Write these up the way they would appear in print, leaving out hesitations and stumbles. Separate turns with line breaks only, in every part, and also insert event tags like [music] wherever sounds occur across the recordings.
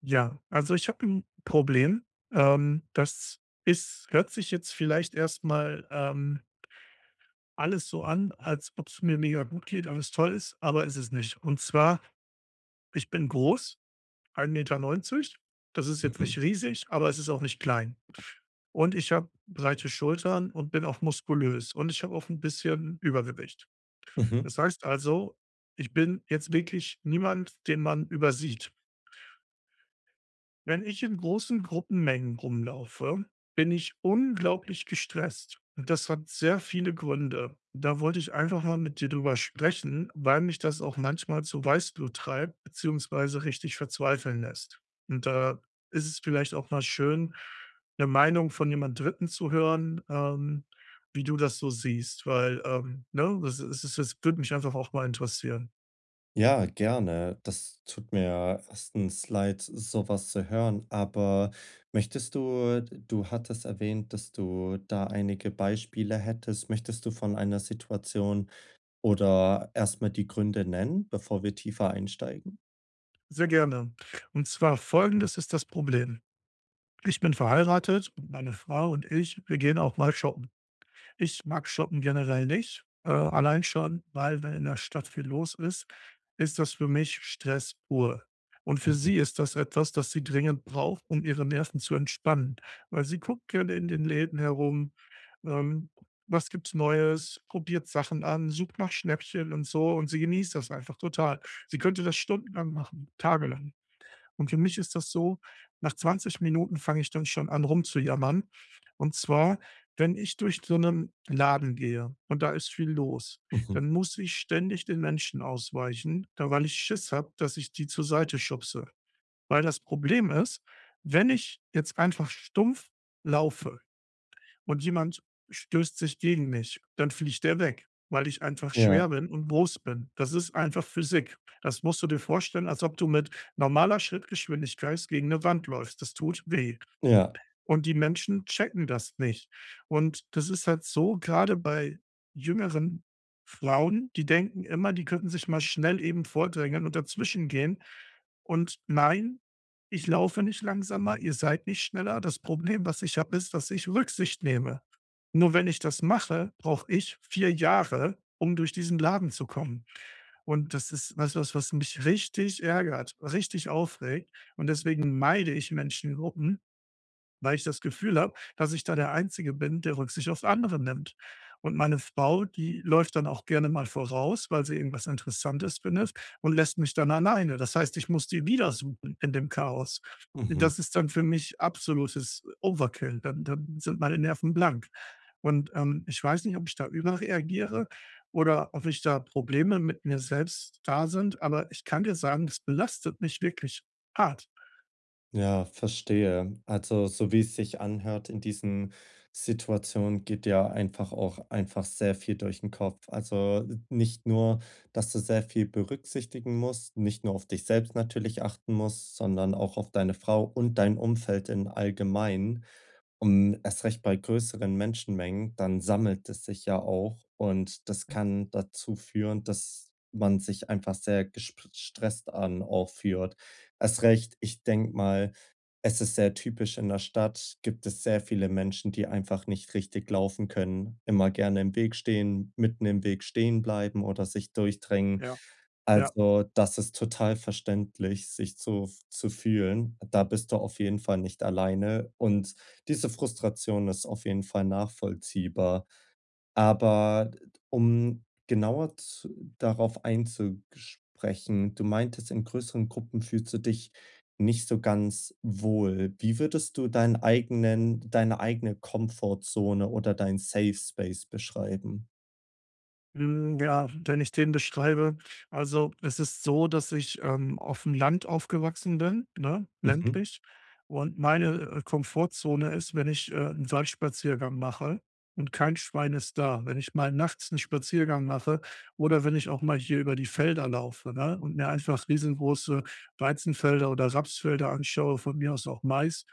Ja, also ich habe ein Problem. Das ist hört sich jetzt vielleicht erstmal ähm, alles so an, als ob es mir mega gut geht, alles toll ist, aber ist es nicht. Und zwar, ich bin groß, 1,90 m. Das ist jetzt nicht
Mhm,
riesig, aber es ist auch nicht klein. Und ich habe breite Schultern und bin auch muskulös und ich habe auch ein bisschen Übergewicht.
mhm.
Das heißt also, ich bin jetzt wirklich niemand, den man übersieht. Wenn ich in großen Gruppenmengen rumlaufe, bin ich unglaublich gestresst. Und das hat sehr viele Gründe. Da wollte ich einfach mal mit dir drüber sprechen, weil mich das auch manchmal zu Weißblut treibt, beziehungsweise richtig verzweifeln lässt. Und da ist es vielleicht auch mal schön, eine Meinung von jemand Dritten zu hören, wie du das so siehst, weil ne, das würde mich einfach auch mal interessieren.
Ja, gerne. Das tut mir erstens leid, sowas zu hören, aber möchtest du du hattest erwähnt, dass du da einige Beispiele hättest. Möchtest du von einer Situation oder erstmal die Gründe nennen, bevor wir tiefer einsteigen?
Sehr gerne. Und zwar folgendes ist das Problem. Ich bin verheiratet und meine Frau und ich, wir gehen auch mal shoppen. Ich mag Shoppen generell nicht, allein schon, weil wenn in der Stadt viel los ist, ist das für mich Stress pur. Und für
Mhm,
sie ist das etwas, das sie dringend braucht, um ihre Nerven zu entspannen, weil sie guckt gerne in den Läden herum, ähm, was gibt's Neues, probiert Sachen an, sucht nach Schnäppchen und so und sie genießt das einfach total. Sie könnte das stundenlang machen, tagelang. Und für mich ist das so, nach 20 Minuten fange ich dann schon an rumzujammern. Und zwar, wenn ich durch so einen Laden gehe und da ist viel los,
mhm.
dann muss ich ständig den Menschen ausweichen, da weil ich Schiss habe, dass ich die zur Seite schubse. Weil das Problem ist, wenn ich jetzt einfach stumpf laufe und jemand stößt sich gegen mich, dann fliegt der weg, weil ich einfach
Ja,
schwer bin und groß bin. Das ist einfach Physik. Das musst du dir vorstellen, als ob du mit normaler Schrittgeschwindigkeit gegen eine Wand läufst. Das tut weh.
ja.
Und die Menschen checken das nicht. Und das ist halt so. Gerade bei jüngeren Frauen, die denken immer, die könnten sich mal schnell eben vordrängeln und dazwischen gehen. Und nein, ich laufe nicht langsamer, ihr seid nicht schneller. Das Problem, was ich habe, ist, dass ich Rücksicht nehme. Nur wenn ich das mache, brauche ich 4 Jahre, um durch diesen Laden zu kommen. Und das ist was mich richtig ärgert, richtig aufregt. Und deswegen meide ich Menschengruppen, weil ich das Gefühl habe, dass ich da der Einzige bin, der Rücksicht auf andere nimmt. Und meine Frau, die läuft dann auch gerne mal voraus, weil sie irgendwas Interessantes findet und lässt mich dann alleine. Das heißt, ich muss die wieder suchen in dem Chaos.
Mhm.
Das ist dann für mich absolutes Overkill. Dann sind meine Nerven blank. Und ich weiß nicht, ob ich da überreagiere oder ob ich da Probleme mit mir selbst da sind, aber ich kann dir sagen, das belastet mich wirklich hart.
Ja, verstehe. Also, so wie es sich anhört in diesen Situationen, geht ja einfach sehr viel durch den Kopf. Also, nicht nur, dass du sehr viel berücksichtigen musst, nicht nur auf dich selbst natürlich achten musst, sondern auch auf deine Frau und dein Umfeld im Allgemeinen. Und erst recht bei größeren Menschenmengen, dann sammelt es sich ja auch und das kann dazu führen, dass man sich einfach sehr gestresst an auch führt. Erst recht, ich denke mal, es ist sehr typisch in der Stadt, gibt es sehr viele Menschen, die einfach nicht richtig laufen können, immer gerne im Weg stehen, mitten im Weg stehen bleiben oder sich durchdrängen.
Ja, ja.
Also, das ist total verständlich, sich so f zu fühlen. Da bist du auf jeden Fall nicht alleine und diese Frustration ist auf jeden Fall nachvollziehbar. Aber um genauer zu darauf einzusprechen, du meintest, in größeren Gruppen fühlst du dich nicht so ganz wohl. Wie würdest du deine eigene Komfortzone oder deinen Safe Space beschreiben?
Hm, ja, wenn ich den beschreibe, also, es ist so, dass ich auf dem Land aufgewachsen bin, ne,
Mhm,
ländlich, und meine Komfortzone ist, wenn ich 'n Waldspaziergang mache und kein Schwein ist da. Wenn ich mal nachts einen Spaziergang mache oder wenn ich auch mal hier über die Felder laufe, ne, und mir einfach riesengroße Weizenfelder oder Rapsfelder anschaue, von mir aus auch Mais,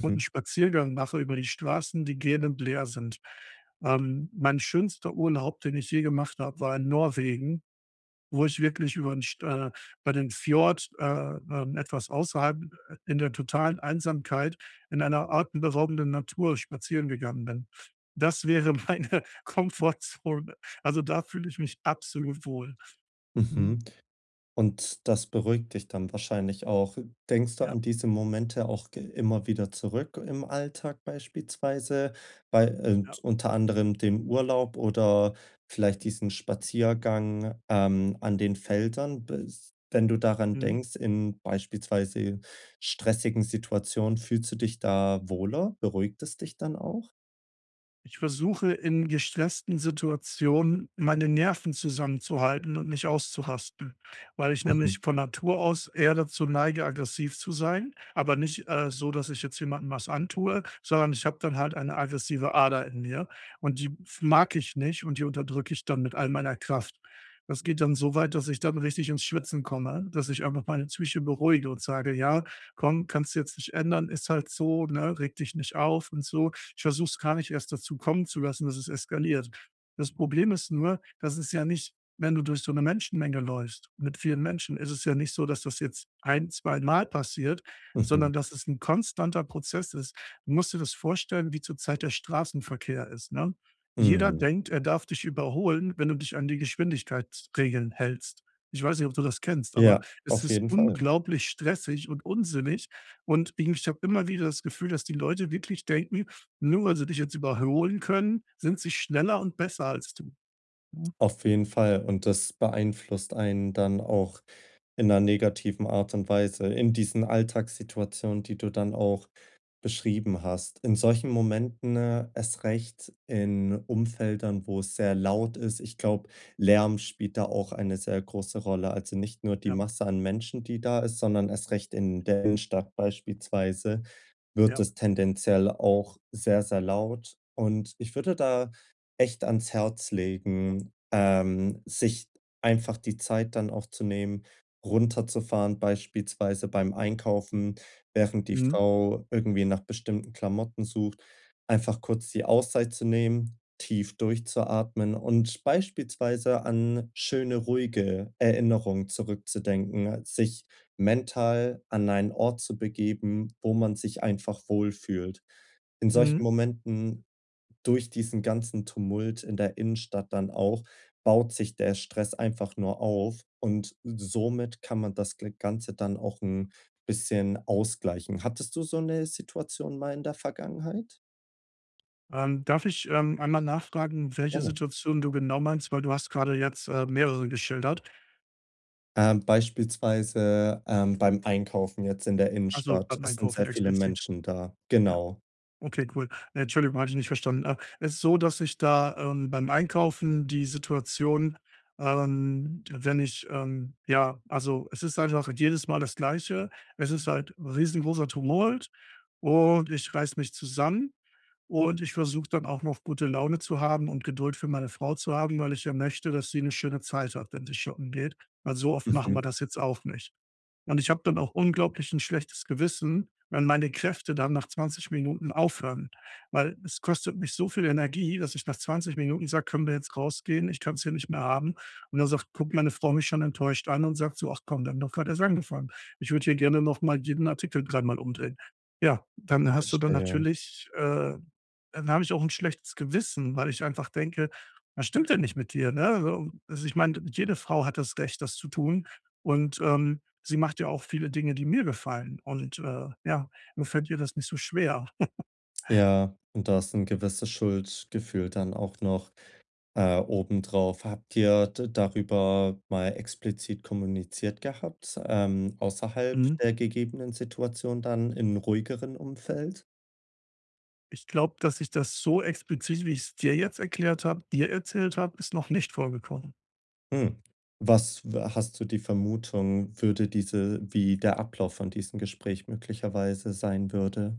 und einen Spaziergang mache über die Straßen, die gähnend leer sind. Mein schönster Urlaub, den ich je gemacht habe, war in Norwegen, wo ich wirklich über den Fjord, etwas außerhalb in der totalen Einsamkeit in einer atemberaubenden Natur spazieren gegangen bin. Das wäre meine [laughs] Komfortzone. Also, da fühle ich mich absolut wohl. Mhm.
mhm. Und das beruhigt dich dann wahrscheinlich auch. Denkst du
Ja,
an diese Momente auch ge immer wieder zurück im Alltag beispielsweise, bei
ja.
unter anderem dem Urlaub oder vielleicht diesen Spaziergang, an den Feldern? Bes Wenn du daran
Mhm.
denkst, in beispielsweise stressigen Situationen, fühlst du dich da wohler? Beruhigt es dich dann auch?
Ich versuche in gestressten Situationen meine Nerven zusammenzuhalten und nicht auszurasten, weil ich nämlich von
[laughs]
Natur aus eher dazu neige, aggressiv zu sein, aber nicht so, dass ich jetzt jemandem was antue, sondern ich habe dann halt eine aggressive Ader in mir und die mag ich nicht und die unterdrücke ich dann mit all meiner Kraft. Das geht dann so weit, dass ich dann richtig ins Schwitzen komme, dass ich einfach meine Psyche beruhige und sage: ja, komm, kannst du jetzt nicht ändern, ist halt so, ne, reg dich nicht auf und so. Ich versuche es gar nicht erst dazu kommen zu lassen, dass es eskaliert. Das Problem ist nur, das ist ja nicht, wenn du durch so eine Menschenmenge läufst mit vielen Menschen, ist es ja nicht so, dass das jetzt ein zwei Mal passiert,
Mhm, mhm,
sondern dass es ein konstanter Prozess ist. Du musst dir das vorstellen, wie zur Zeit der Straßenverkehr ist, ne? Jeder
mhm.
denkt, er darf dich überholen, wenn du dich an die Geschwindigkeitsregeln hältst. Ich weiß nicht, ob du das kennst, aber
Ja,
es
auf
ist
jeden Fall.
unglaublich stressig und unsinnig und irgendwie, ich habe immer wieder das Gefühl, dass die Leute wirklich denken, nur weil sie dich jetzt überholen können, sind sie schneller und besser als du, ne?
Auf jeden Fall und das beeinflusst einen dann auch in einer negativen Art und Weise in diesen Alltagssituationen, die du dann auch beschrieben hast. In solchen Momenten, erst recht in Umfeldern, wo es sehr laut ist. Ich glaube, Lärm spielt da auch eine sehr große Rolle. Also, nicht nur die
Ja,
Masse an Menschen, die da ist, sondern erst recht in der Innenstadt beispielsweise wird
ja.
es tendenziell auch sehr, sehr laut. Und ich würde da echt ans Herz legen, sich einfach die Zeit dann auch zu nehmen, runterzufahren, beispielsweise beim Einkaufen, während die
Mhm,
Frau irgendwie nach bestimmten Klamotten sucht, einfach kurz die Auszeit zu nehmen, tief durchzuatmen und beispielsweise an schöne, ruhige Erinnerungen zurückzudenken, sich mental an einen Ort zu begeben, wo man sich einfach wohlfühlt. In solchen
mhm.
Momenten, durch diesen ganzen Tumult in der Innenstadt dann auch, baut sich der Stress einfach nur auf und somit kann man das gl Ganze dann auch ein bisschen ausgleichen. Hattest du so eine Situation mal in der Vergangenheit?
Darf ich, einmal nachfragen, welche
Gerne.
Situation du genau meinst, weil du hast gerade jetzt, mehrere geschildert.
Beispielsweise, beim Einkaufen jetzt in der
Also,
Innenstadt.
beim
Es sind sehr
Einkaufen
viele
explizit,
Menschen da.
ja.
Genau.
Okay, cool. Ne, Entschuldigung, hatte ich nicht verstanden. Es ist so, dass ich da, beim Einkaufen die Situation, wenn ich, ja, also, es ist einfach jedes Mal das Gleiche. Es ist halt 'n riesengroßer Tumult und ich reiß mich zusammen und ich versuche dann auch noch gute Laune zu haben und Geduld für meine Frau zu haben, weil ich ja möchte, dass sie eine schöne Zeit hat, wenn sie shoppen geht, weil so oft machen
Mhm,
wir das jetzt auch nicht. Und ich habe dann auch unglaublich ein schlechtes Gewissen, wenn meine Kräfte dann nach 20 Minuten aufhören, weil es kostet mich so viel Energie, dass ich nach 20 Minuten sage: „Können wir jetzt rausgehen? Ich kann es hier nicht mehr haben." Und dann sagt guckt meine Frau mich schon enttäuscht an und sagt so: „Ach komm, dann haben doch grad erst angefangen. Ich würde hier gerne noch mal jeden Artikel dreimal umdrehen." Ja, dann hast du dann
verstehe.
natürlich dann habe ich auch ein schlechtes Gewissen, weil ich einfach denke: „Was stimmt denn nicht mit dir", ne? So, also, ich meine, jede Frau hat das Recht, das zu tun und, sie macht ja auch viele Dinge, die mir gefallen und ja, mir fällt ihr das nicht so schwer.
Ja, und da ist 'n gewisses Schuldgefühl dann auch noch, obendrauf. Habt ihr d darüber mal explizit kommuniziert gehabt, außerhalb
Mhm.
der gegebenen Situation dann in ruhigeren Umfeld?
Ich glaube, dass ich das so explizit, wie ich's dir jetzt erklärt habe dir erzählt habe, ist noch nicht vorgekommen.
Hm. Was w Hast du die Vermutung, würde diese wie der Ablauf von diesem Gespräch möglicherweise sein würde?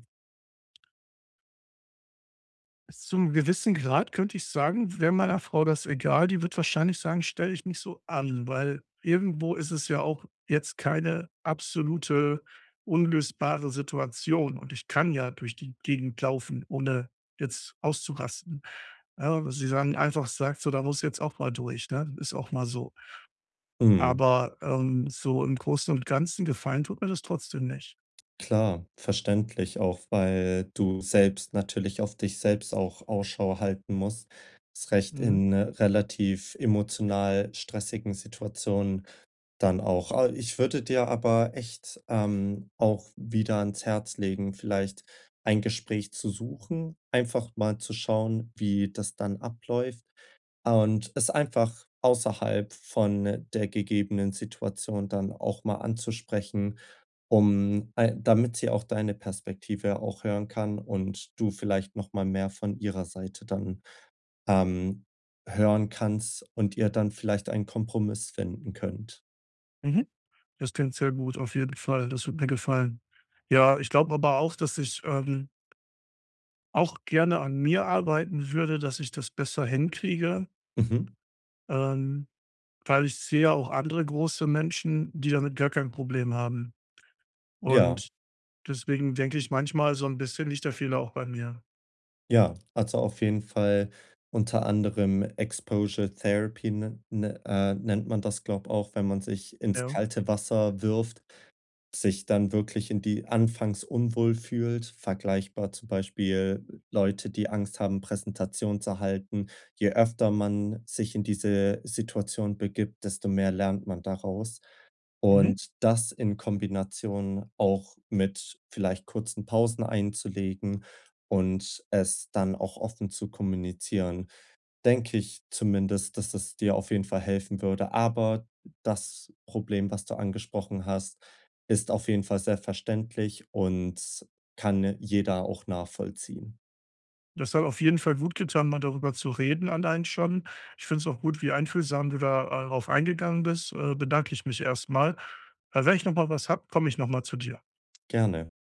Bis zum gewissen Grad könnte ich sagen, wäre meiner Frau das egal. Die wird wahrscheinlich sagen, stell dich nicht so an, weil irgendwo ist es ja auch jetzt keine absolute unlösbare Situation und ich kann ja durch die Gegend laufen, ohne jetzt auszurasten. Ja, aber sie sagen einfach sagt so, da muss jetzt auch mal durch, ne? Ist auch mal so.
Mhm.
Aber, so im Großen und Ganzen gefallen tut mir das trotzdem nicht.
Klar, verständlich auch, weil du selbst natürlich auf dich selbst auch Ausschau halten musst. Erst recht
Mhm.
in relativ emotional stressigen Situationen. Dann auch. Ah, ich würde dir aber echt, auch wieder ans Herz legen, vielleicht ein Gespräch zu suchen, einfach mal zu schauen, wie das dann abläuft und es einfach außerhalb von der gegebenen Situation dann auch mal anzusprechen, um ei damit sie auch deine Perspektive auch hören kann und du vielleicht noch mal mehr von ihrer Seite dann, ähm, hören kannst und ihr dann vielleicht einen Kompromiss finden könnt.
Mhm. Das klingt sehr gut, auf jeden Fall. Das wird mir gefallen. Ja, ich glaube aber auch, dass ich, auch gerne an mir arbeiten würde, dass ich das besser hinkriege,
Mhm.
ähm, weil ich sehe ja auch andere große Menschen, die damit gar kein Problem haben.
Ja,
Und deswegen denke ich manchmal, so ein bisschen liegt der Fehler auch bei mir.
ja, also auf jeden Fall unter anderem Exposure Therapy nennt man das, glaube ich, auch, wenn man sich ins
Ja.
kalte Wasser wirft, sich dann wirklich in die anfangs unwohl fühlt, vergleichbar zum Beispiel Leute, die Angst haben, Präsentation zu halten. Je öfter man sich in diese Situation begibt, desto mehr lernt man daraus.
Mhm.
Und das in Kombination auch mit vielleicht kurzen Pausen einzulegen und es dann auch offen zu kommunizieren, denke ich zumindest, dass es dir auf jeden Fall helfen würde. Aber das Problem, was du angesprochen hast, ist auf jeden Fall sehr verständlich und kann jeder auch nachvollziehen.
Das hat auf jeden Fall gut getan, mal darüber zu reden allein schon. Ich finde es auch gut, wie einfühlsam du da, drauf eingegangen bist. Bedanke ich mich erstmal. Wenn ich noch mal was habe, komme ich noch mal zu dir.
Gerne.